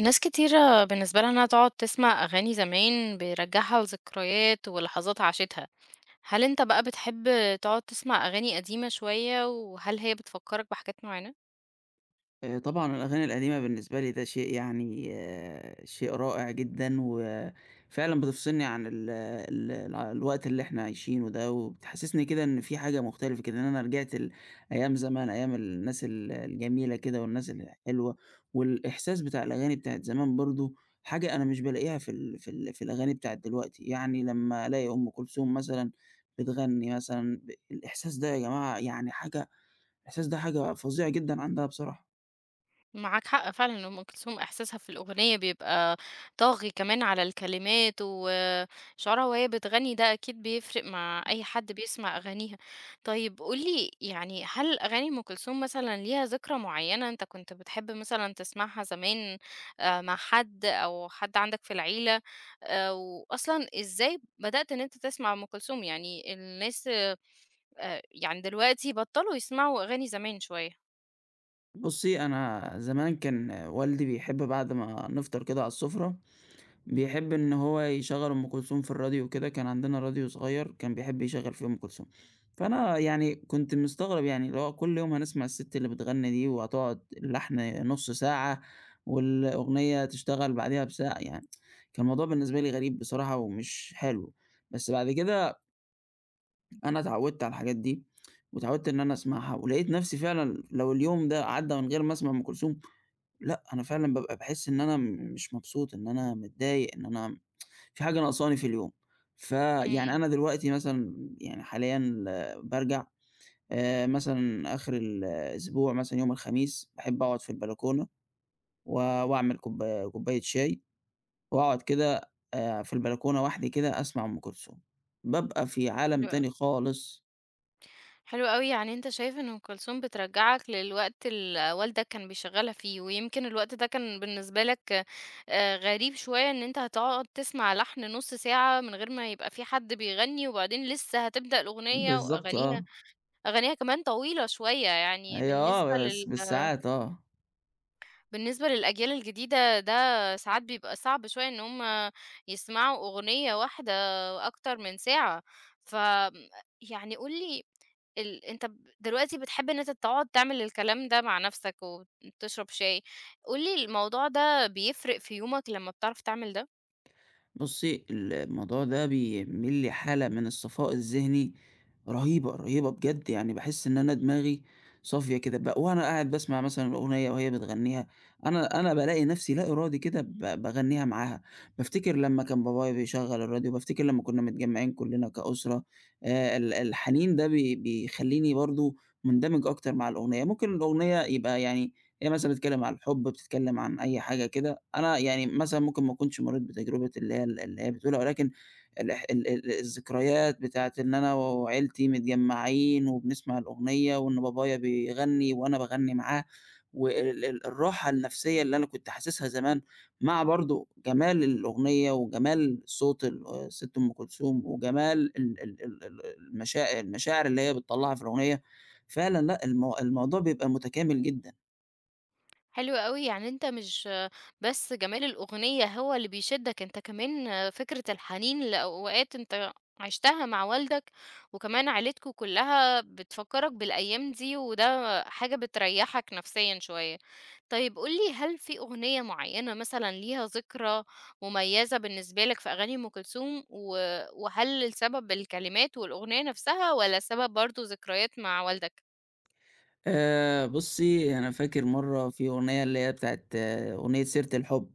ناس كتيرة بالنسبة لها إنها تقعد تسمع أغاني زمان بيرجعها لذكريات ولحظات عاشتها. هل أنت بقى بتحب تقعد تسمع أغاني قديمة شوية وهل هي بتفكرك بحاجات معينة؟ طبعًا الأغاني القديمة بالنسبة لي ده شيء شيء رائع جدًا، وفعلًا بتفصلني عن ال ال الع الوقت اللي إحنا عايشينه ده، وبتحسسني كده إن في حاجة مختلفة كده، إن أنا رجعت لأيام زمان، أيام الناس الجميلة كده والناس الحلوة، والإحساس بتاع الأغاني بتاعة زمان برضه حاجة أنا مش بالاقيها في الأغاني بتاعة دلوقتي، يعني لمّا ألاقي أم كلثوم مثلًا بتغني مثلًا الإحساس ده يا جماعة يعني حاجة الإحساس ده حاجة فظيعة جدًا عندها بصراحة. معاك حق فعلًا، ان أم كلثوم إحساسها في الأغنية بيبقى طاغي كمان على الكلمات، وشعورها وهي بتغني ده أكيد بيفرق مع أي حد بيسمع أغانيها. طيب قُل لي، يعني هل أغاني أم كلثوم مثلًا ليها ذكرى معيّنة أنت كنت بتحب مثلًا تسمعها زمان مع حد أو حد عندك في العيلة، وأصلًا إزاي بدأت إن أنت تسمع أم كلثوم؟ يعني الناس، يعني دلوقتي بطّلوا يسمعوا أغاني زمان شوية. بُصّي، أنا زمان كان والدي بيحب بعد ما نفطر كده على السفرة، بيحب إن هو يشغّل أم كلثوم في الراديو وكده، كان عندنا راديو صغير كان بيحب يشغّل فيه أم كلثوم، فأنا يعني كنت مستغرب يعني اللي هو كل يوم هنسمع الست اللي بتغني دي وهتقعد اللحن نُص ساعة والأغنية تشتغل بعديها بساعة يعني كان الموضوع بالنسبة لي غريب بصراحة ومش حلو، بس بعد كده أنا اتعوّدت على الحاجات دي واتعوّدت إن أنا أسمعها ولقيت نفسي فعلًا لو اليوم ده عدّى من غير ما أسمع أم كلثوم لأ، أنا فعلًا بابقى باحس إن أنا م مش مبسوط، إن أنا متضايق، إن أنا في حاجة ناقصاني في اليوم. فيعني إمم. أنا دلوقتي مثلًا يعني حاليًا بارجع مثلًا آخر الأسبوع مثلًا يوم الخميس باحب أقعد في البلكونة و وأعمل كوباية شاي وأقعد كده في البلكونة وحدي كده أسمع أم كلثوم. بابقى في عالم حلو أوي. تاني خالص. حلو أوي، يعني أنت شايف إن أم كلثوم بترجّعك للوقت اللي والدك كان بيشغّلها فيه، ويمكن الوقت ده كان بالنسبة لك غريب شوية، إن أنت هتقعد تسمع لحن نُص ساعة من غير ما يبقى في حد بيغني، وبعدين لسه هتبدأ الأغنية بالضبط وأغانيها آه. أغانيها كمان طويلة شوية. يعني هي بالنسبة آه، لل بس آه، بالساعات آه. بالنسبة للأجيال الجديدة ده ساعات بيبقى صعب شوية إن هُم يسمعوا أغنية واحدة أكتر من ساعة. ف يعني قُل لي، ال أنت ب دلوقتي بتحب إن أنت تقعد تعمل الكلام ده مع نفسك وتشرب شاي. قُل لي، الموضوع ده بيفرق في يومك لمّا بتعرف تعمل ده؟ بُصّي، الموضوع ده بيعمل لي حالة من الصفاء الذهني رهيبة، رهيبة بجد، يعني باحس إن أنا دماغي صافية كده وأنا قاعد باسمع مثلًا أغنية وهي بتغنيها، أنا بالاقي نفسي لا إرادي كده باغنيها معاها، بافتكر لمّا كان بابايا بيشغّل الراديو، بافتكر لمّا كنا متجمّعين كلّنا كأسرة، ال الحنين ده بيخلّيني برضه مندمج أكتر مع الأغنية، ممكن الأغنية يبقى يعني هي مثلًا بتتكلم عن الحب، بتتكلم عن أي حاجة كده، أنا يعني مثلًا ممكن ما أكونش مرّيت بتجربة اللي هي بتقولها، ولكن الإح ال ال الذكريات بتاعة إن أنا وعيلتي متجمّعين وبنسمع الأغنية وإن بابايا بيغنّي وأنا باغنّي معاه، وال ال الراحة النفسية اللي أنا كنت حاسسها زمان، مع برضه جمال الأغنية وجمال صوت الست أم كلثوم وجمال ال ال ال ال المشاع المشاعر اللي هي بتطلّعها في الأغنية، فعلًا لأ، الموضوع بيبقى متكامل جدًا. حلو أوي. يعني أنت مش بس جمال الأغنية هو اللي بيشدك، أنت كمان فكرة الحنين لأوقات أنت عِشتها مع والدك، وكمان عيلتكم كلّها بتفكّرك بالأيام دي، وده حاجة بتريّحك نفسيًا شوية. طيب قُل لي، هل في أغنية معيّنة مثلًا ليها ذكرى مميّزة بالنسبة لك في أغاني أم كلثوم، وهل السبب الكلمات والأغنية نفسها والّا السبب برضه ذكريات مع والدك؟ بُصّي، أنا فاكر مرّة في أغنية اللي هي بتاعة آه، أغنية سيرة الحب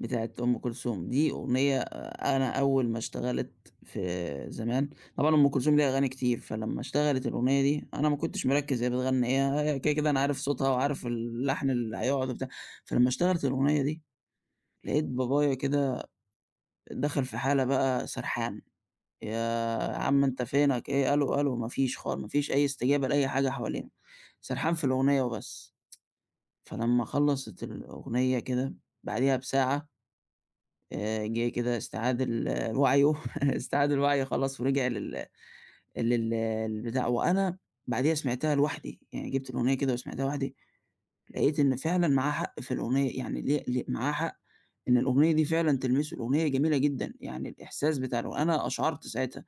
بتاعة أم كلثوم، دي أغنية آه، أنا أول ما اشتغلت في زمان طبعًا أم كلثوم ليها أغاني كتير، فلمّا اشتغلت الأغنية دي أنا ما كنتش مركّز هي بتغني إيه، هي كده، كده أنا عارف صوتها وعارف اللحن اللي هيقعد وبتاع، فلمّا اشتغلت الأغنية دي لقيت بابايا كده دخل في حالة بقى سرحان، يا عم أنت فينك إيه، ألو، ألو، ما فيش أي استجابة لأي حاجة حوالينا، سرحان في الأغنية وبس. فلمّا خلّصت الأغنية كده، بعديها بساعة جِه كده استعاد ال وعيه استعاد الوعي خلاص ورجع لل لل للبتاع، وأنا بعديها سمعتها لوحدي، يعني جِبت الأغنية كده وسمعتها لوحدي، لقيت إن فعلًا معاه حق في الأغنية، يعني ليه معاه حق إن الأغنية دي فعلًا تلمسه، الأغنية جميلة جدًا، يعني الإحساس بتاع الأغ أنا أشعرت ساعتها.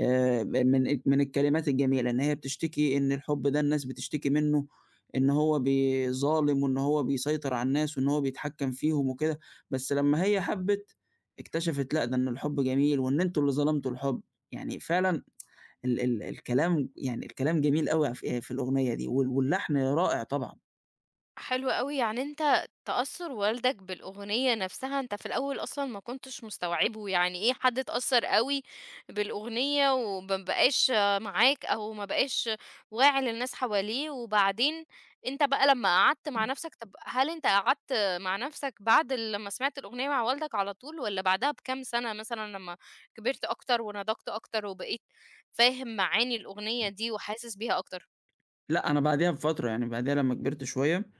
من الكلمات الجميلة، إن هي بتشتكي إن الحب ده الناس بتشتكي منه، إن هو ظالم وإن هو بيسيطر على الناس وإن هو بيتحكم فيهم وكده، بس لمّا هي حبِّت اكتشفت لأ، ده إن الحب جميل وإن أنتم اللي ظلمتوا الحب، يعني فعلًا ال ال الكلام يعني الكلام جميل أوي في الأغنية دي وال واللحن رائع طبعًا. حلو أوي. يعني أنت تأثُّر والدك بالأغنية نَفْسها أنت في الأول أصلًا ما كنتش مستوعبه، يعني إيه حد اتأثّر أوي بالأغنية وما بقاش معاك أو ما بقاش واعي للناس حواليه، وبعدين أنت بقى لمّا قعدت مع إمم. نَفْسك. طَب هل أنت قعدت مع نَفْسك بعد لمّا سمعت الأغنية مع والدك على طول، والّا بعدها بكام سَنة مثلًا لمّا كبرت أكتر ونضجت أكتر وبقيت فاهم معاني الأغنية دي وحاسس بيها أكتر؟ لأ، أنا بعديها بفترة يعني بعديها لمّا كبرت شوية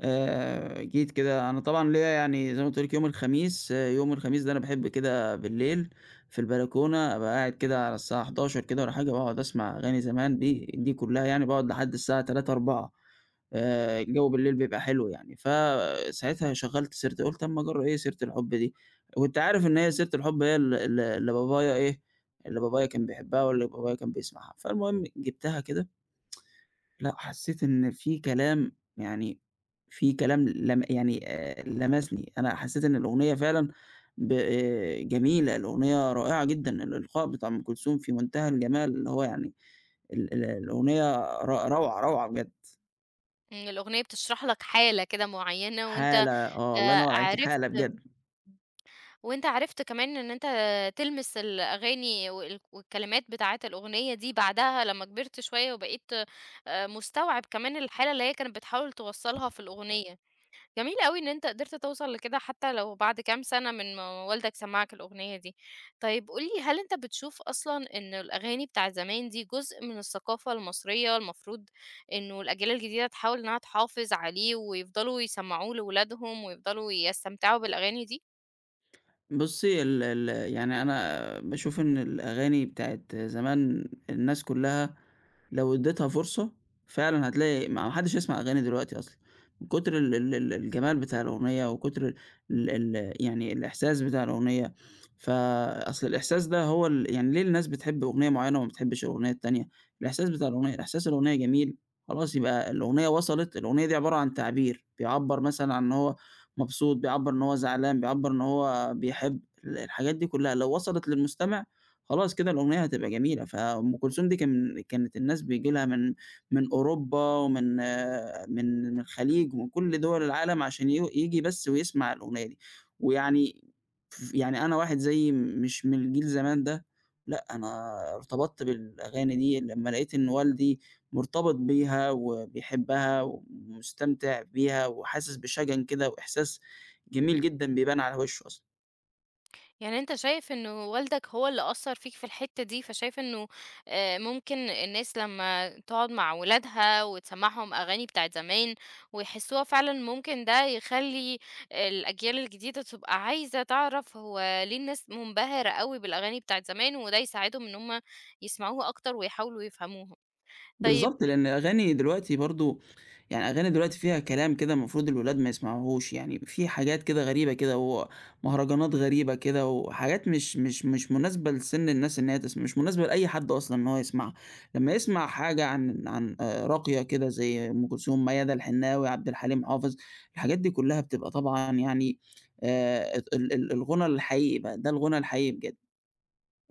جيت كده أنا طبعًا ليّا يعني زي ما قُلت لِك يوم الخميس، آه، يوم الخميس ده أنا باحب كده بالليل في البلكونة أبقى قاعد كده على الساعة 23:00 كده والّا حاجة، باقعد أسمع أغاني زمان دي كلّها يعني باقعد لحد الساعة 03:00، 04:00 الجو بالليل بيبقى حلو يعني، فساعتها شغّلت سيرة قُلت أمّا أجرّب إيه سيرة الحب دي، وأنت عارف إن هي سيرة الحب هي ال ال اللي بابايا إيه، اللي بابايا كان بيحبها واللي بابايا كان بيسمعها، فالمهم جِبتها كده لأ، حسيت إن في كلام يعني في كلام لم يعني لمسني، أنا حسيت إن الأغنية فعلًا ب جميلة، الأغنية رائعة جدًا، الإلقاء بتاع أم كلثوم في منتهى الجمال، اللي هو يعني ال ال الأغنية ر روعة، روعة بجد، إن الأغنية بتشرح لك حالة كده معيّنة وأنت حالة آه، الله ينور عليكِ، عرفت حالة بجد. وأنت عرفت كمان إن أنت تلمس الأغاني والكلمات بتاعة الأغنية دي بعدها لمّا كبرت شوية وبقيت مستوعب كمان الحالة اللي هي كانت بتحاول توصّلها في الأغنية. جميل أوي إن أنت قدرت توصل لكده حتى لو بعد كام سَنة من ما والدك سمّعك الأغنية دي. طيب قُل لي، هل أنت بتشوف أصلًا إن الأغاني بتاع زمان دي جزء من الثقافة المصرية المفروض إنه الأجيال الجديدة تحاول إنها تحافظ عليه ويفضلوا يسمّعوه لولادهم ويفضلوا يستمتعوا بالأغاني دي؟ بُصّي ال ال يعني أنا باشوف إن الأغاني بتاعة زمان الناس كلّها لو اديتها فرصة، فعلًا هتلاقي ما حدش يسمع أغاني دلوقتي أصلًا، من كتر ال ال ال الجمال بتاع الأغنية وكتر ال ال يعني الإحساس بتاع الأغنية، فأصل الإحساس ده هو ال يعني ليه الناس بتحب أغنية معيّنة وما بتحبش الأغنية التانية؟ الإحساس بتاع الأغنية إحساس الأغنية جميل، خلاص يبقى الأغنية وصلت، الأغنية دي عبارة عن تعبير، بيعبّر مثلًا عن إن هو مبسوط، بيعبّر إن هو زعلان، بيعبّر إن هو بيحب، الحاجات دي كلّها لو وصلت للمستمع خلاص كده الأغنية هتبقى جميلة، فأم كلثوم دي كانت الناس بييجي لها من أوروبا ومن آه، من الخليج ومن كل دول العالم عشان ييجي بس ويسمع الأغنية دي، ويعني ف يعني أنا واحد زيي مش من الجيل زمان ده، لأ أنا ارتبطت بالأغاني دي لمّا لقيت إن والدي مرتبط بيها وبيحبها ومستمتع بيها وحاسس بشجن كده وإحساس جميل جدًا بيبان على وشه أصلًا. يعني أنت شايف إنه والدك هو اللي أثّر فيك في الحتّة دي، فشايف إنه ممكن الناس لمّا تقعد مع ولادها وتسمّعهم أغاني بتاعة زمان ويحسّوها فعلًا، ممكن ده يخلّي الأجيال الجديدة تبقى عايزة تعرف هو ليه الناس منبهرة أوي بالأغاني بتاعة زمان، وده يساعدهم إن هم يسمعوها أكتر ويحاولوا يفهموها. طيب. بالضبط، لإن أغاني دلوقتي برضه يعني أغاني دلوقتي فيها كلام كده المفروض الولاد ما يسمعوهوش، يعني في حاجات كده غريبة كده ومهرجانات غريبة كده وحاجات مش مناسبة لسِن الناس إن هي تسم مش مناسبة لأي حد أصلًا إن هو يسمعها، لمّا يسمع حاجة عن راقية كده زي أم كلثوم، ميادة الحناوي، عبد الحليم حافظ، الحاجات دي كلّها بتبقى طبعًا يعني ال ال الغنى الحقيقي بقى، ده الغنى الحقيقي بجد.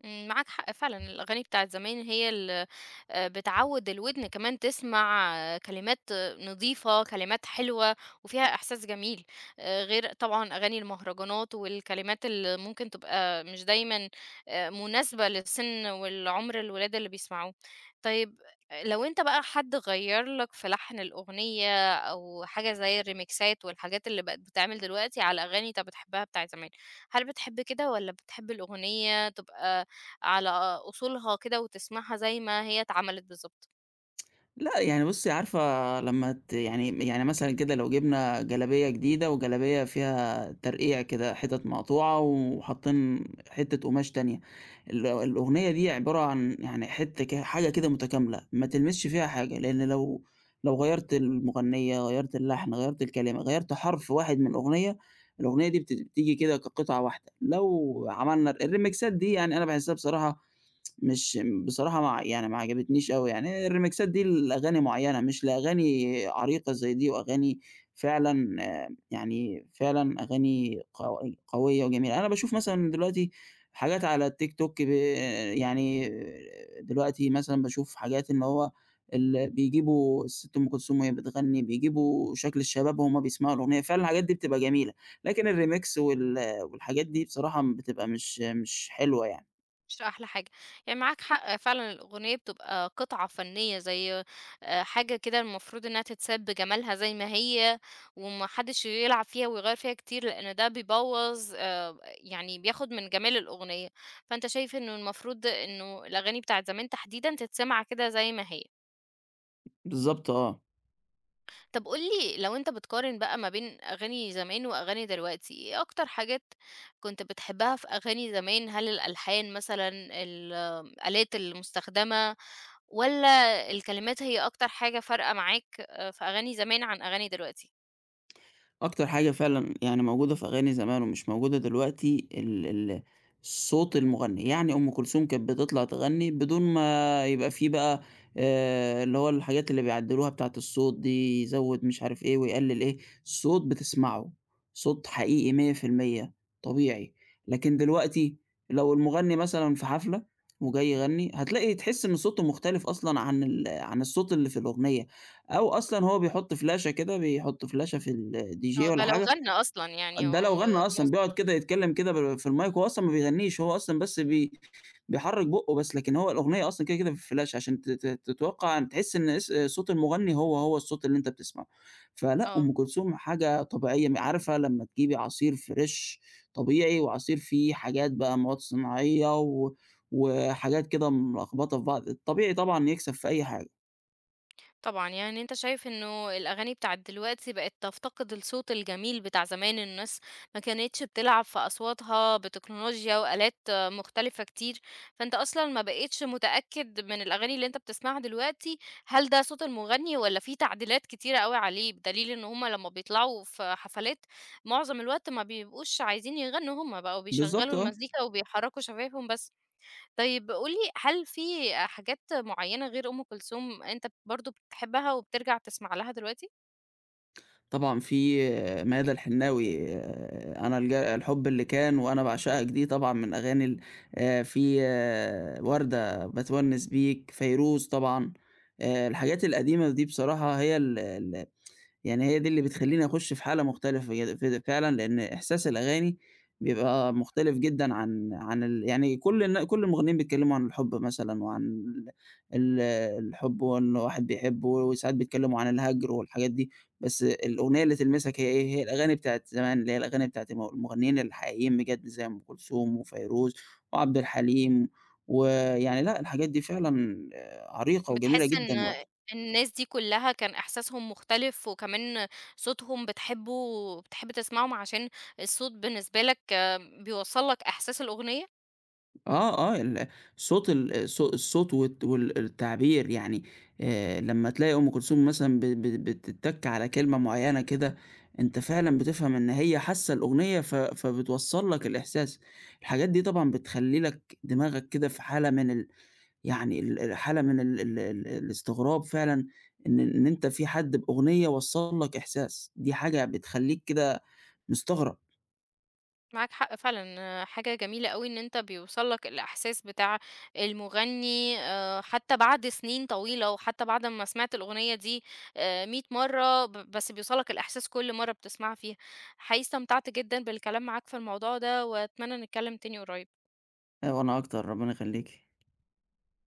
معاك حق فعلًا، الأغاني بتاعة زمان هي اللي بتعوّد الودن كمان تسمع، كلمات نضيفة، كلمات حلوة وفيها إحساس جميل. غير طبعًا أغاني المهرجانات والكلمات اللي ممكن تبقى مش دايمًا مناسبة للسن والعمر الولاد اللي بيسمعوه. طيب، لو أنت بقى حد غيّر لك في لحن الأغنية أو حاجة زي الريميكسات والحاجات اللي بقت بتتعمل دلوقتي على أغاني أنت بتحبها بتاعة زمان، هل بتحب كده والّا بتحب الأغنية تبقى على أصولها كده وتسمعها زي ما هي اتعملت بالضبط؟ لأ، يعني بُصّي عارفة لمّا ت يعني يعني مثلًا كده لو جِبنا جلابية جديدة وجلابية فيها ترقيع كده حتت مقطوعة وحاطين حتة قماش تانية، الأغنية دي عبارة عن يعني حتة ك حاجة كده متكاملة، ما تلمسش فيها حاجة، لإن لو لو غيّرت المغنية، غيّرت اللحن، غيّرت الكلمة، غيّرت حرف واحد من الأغنية، الأغنية دي بتيجي كده كقطعة واحدة، لو عملنا الريميكسات دي يعني أنا باحسها بصراحة ما عجبتنيش أوي، يعني الريميكسات دي لأغاني معيّنة مش لأغاني عريقة زي دي وأغاني فعلًا آه، يعني فعلًا أغاني قو قوية وجميلة. أنا باشوف مثلًا دلوقتي حاجات على الTikTok ب يعني دلوقتي مثلًا باشوف حاجات إن هو ال بيجيبوا الست أم كلثوم وهي بتغني، بيجيبوا شكل الشباب وهُم بيسمعوا الأغنية، فعلًا الحاجات دي بتبقى جميلة، لكن الريميكس وال والحاجات دي بصراحة بتبقى مش حلوة يعني. مش أحلى حاجة. يعني معاك حق فعلًا، الأغنية بتبقى قطعة فنية زي حاجة كده المفروض إنها تتساب بجمالها زي ما هي، وما حدش يلعب فيها ويغيّر فيها كتير، لإن ده بيبوّظ، يعني بياخد من جمال الأغنية. فأنت شايف إنه المفروض إنه الأغاني بتاعة زمان تحديدًا تتسمع كده زي ما هي. بالضبط آه. طب قُل لي، لو أنت بتقارن بقى ما بين أغاني زمان وأغاني دلوقتي، إيه أكتر حاجات كنت بتحبها في أغاني زمان؟ هل الألحان مثلًا، الآلات المستخدمة، والّا الكلمات هي أكتر حاجة فارقة معاك في أغاني زمان عن أغاني دلوقتي؟ أكتر حاجة فعلًا يعني موجودة في أغاني زمان ومش موجودة دلوقتي ال ال صوت المغني، يعني أم كلثوم كانت بتطلع تغني بدون ما يبقى في بقى اللي هو الحاجات اللي بيعدلوها بتاعة الصوت دي، يزود مش عارف إيه ويقلل إيه، صوت بتسمعه، صوت حقيقي 100% طبيعي، لكن دلوقتي لو المغني مثلًا في حفلة وجاي يغني، هتلاقي تحس إن صوته مختلف أصلًا عن عن الصوت اللي في الأغنية، أو أصلًا هو بيحُط فلاشة كده، بيحُط فلاشة في الDJ آه، والّا ده لو حاجة، غنى أصلًا يعني ده هو لو م غنّى أصلًا بيقعد كده يتكلّم كده في المايك، هو أصلًا ما بيغنّيش، هو أصلًا بس بي بيحرّك بُقّه بس، لكن هو الأغنية أصلًا كده، كده في الفلاشة عشان ت ت تتوقّع تحس إن صوت المغنّي هو، هو الصوت اللي أنت بتسمعه. فلأ، آه. أم كلثوم حاجة طبيعية، م عارفة لمّا تجيبي عصير فريش طبيعي وعصير فيه حاجات بقى مواد صناعية وحاجات كده ملخبطة في بعض، الطبيعي طبعًا يكسب في أي حاجة. طبعًا. يعني أنت شايف إنه الأغاني بتاعة دلوقتي بقت تفتقد الصوت الجميل بتاع زمان، الناس ما كانتش بتلعب في أصواتها بتكنولوجيا وآلات مختلفة كتير، فأنت أصلًا ما بقيتش متأكد من الأغاني اللي أنت بتسمعها دلوقتي. هل ده صوت المغني والّا في تعديلات كتيرة أوي عليه؟ بدليل إن هُم لمّا بيطلعوا في حفلات معظم الوقت ما بيبقوش عايزين يغنوا هُم، بقوا بالضبط، بيشغّلوا آه. المزيكا وبيحرّكوا شفايفهم بس. طيب قُل لي، هل في حاجات معيّنة غير أم كلثوم أنت برضه بتحبها وبترجع تسمع لها دلوقتي؟ طبعًا في آه، ماذا الحناوي آه، أنا الج الحب اللي كان وأنا باعشقك دي طبعًا من أغاني ال في آه، وردة باتونس بيك، فيروز طبعًا، الحاجات القديمة دي بصراحة هي ال ال يعني هي دي اللي بتخلّيني أخُش في حالة مختلفة كده فعلًا، لإن إحساس الأغاني بيبقى مختلف جدًا عن عن ال يعني كل الن كل المغنيين بيتكلّموا عن الحُب مثلًا وعن ال ال- الحُب وإن واحد بيحبه وساعات بيتكلّموا عن الهَجْر والحاجات دي، بس الأغنية اللي تلمسك هي إيه، هي الأغاني بتاعة زمان، اللي هي الأغاني بتاعة المغنيين الحقيقيين بجد زي أم كلثوم وفيروز وعبد الحليم، ويعني لأ، الحاجات دي فعلًا آه، عريقة وجميلة بتحس جدًا إن الناس دي كلّها كان إحساسهم مختلف، وكمان صوتهم بتحبه وبتحب تسمعهم عشان الصوت بالنسبة لك بيوصّل لك إحساس الأغنية؟ آه، آه، ال صوت ال الص الصوت والت والتعبير يعني لمّا تلاقي أم كلثوم مثلًا ب ب بتتَّك على كلمة معيّنة كده، أنت فعلًا بتفهم إن هي حاسة الأغنية فبتوصّل لك الإحساس، الحاجات دي طبعًا بتخلّي لك دماغك كده في حالة من ال يعني ال ال حالة من ال ال ال الاستغراب فعلًا إن أنت في حد بأغنية وصّل لك إحساس، دي حاجة بتخلّيك كده مستغرب. معاك حق فعلًا. آه، حاجة جميلة أوي إن أنت بيوصل لك الإحساس بتاع المغني، حتى بعد سنين طويلة، وحتى بعد ما سمعت الأغنية دي 100 مرة، بس بيوصل لك الإحساس كل مرة بتسمعها فيها. حقيقي استمتعت جدًا بالكلام معاك في الموضوع ده، وأتمنى نتكلم تاني قريب. أيوه، أنا أكتر، ربنا يخلّيكِ.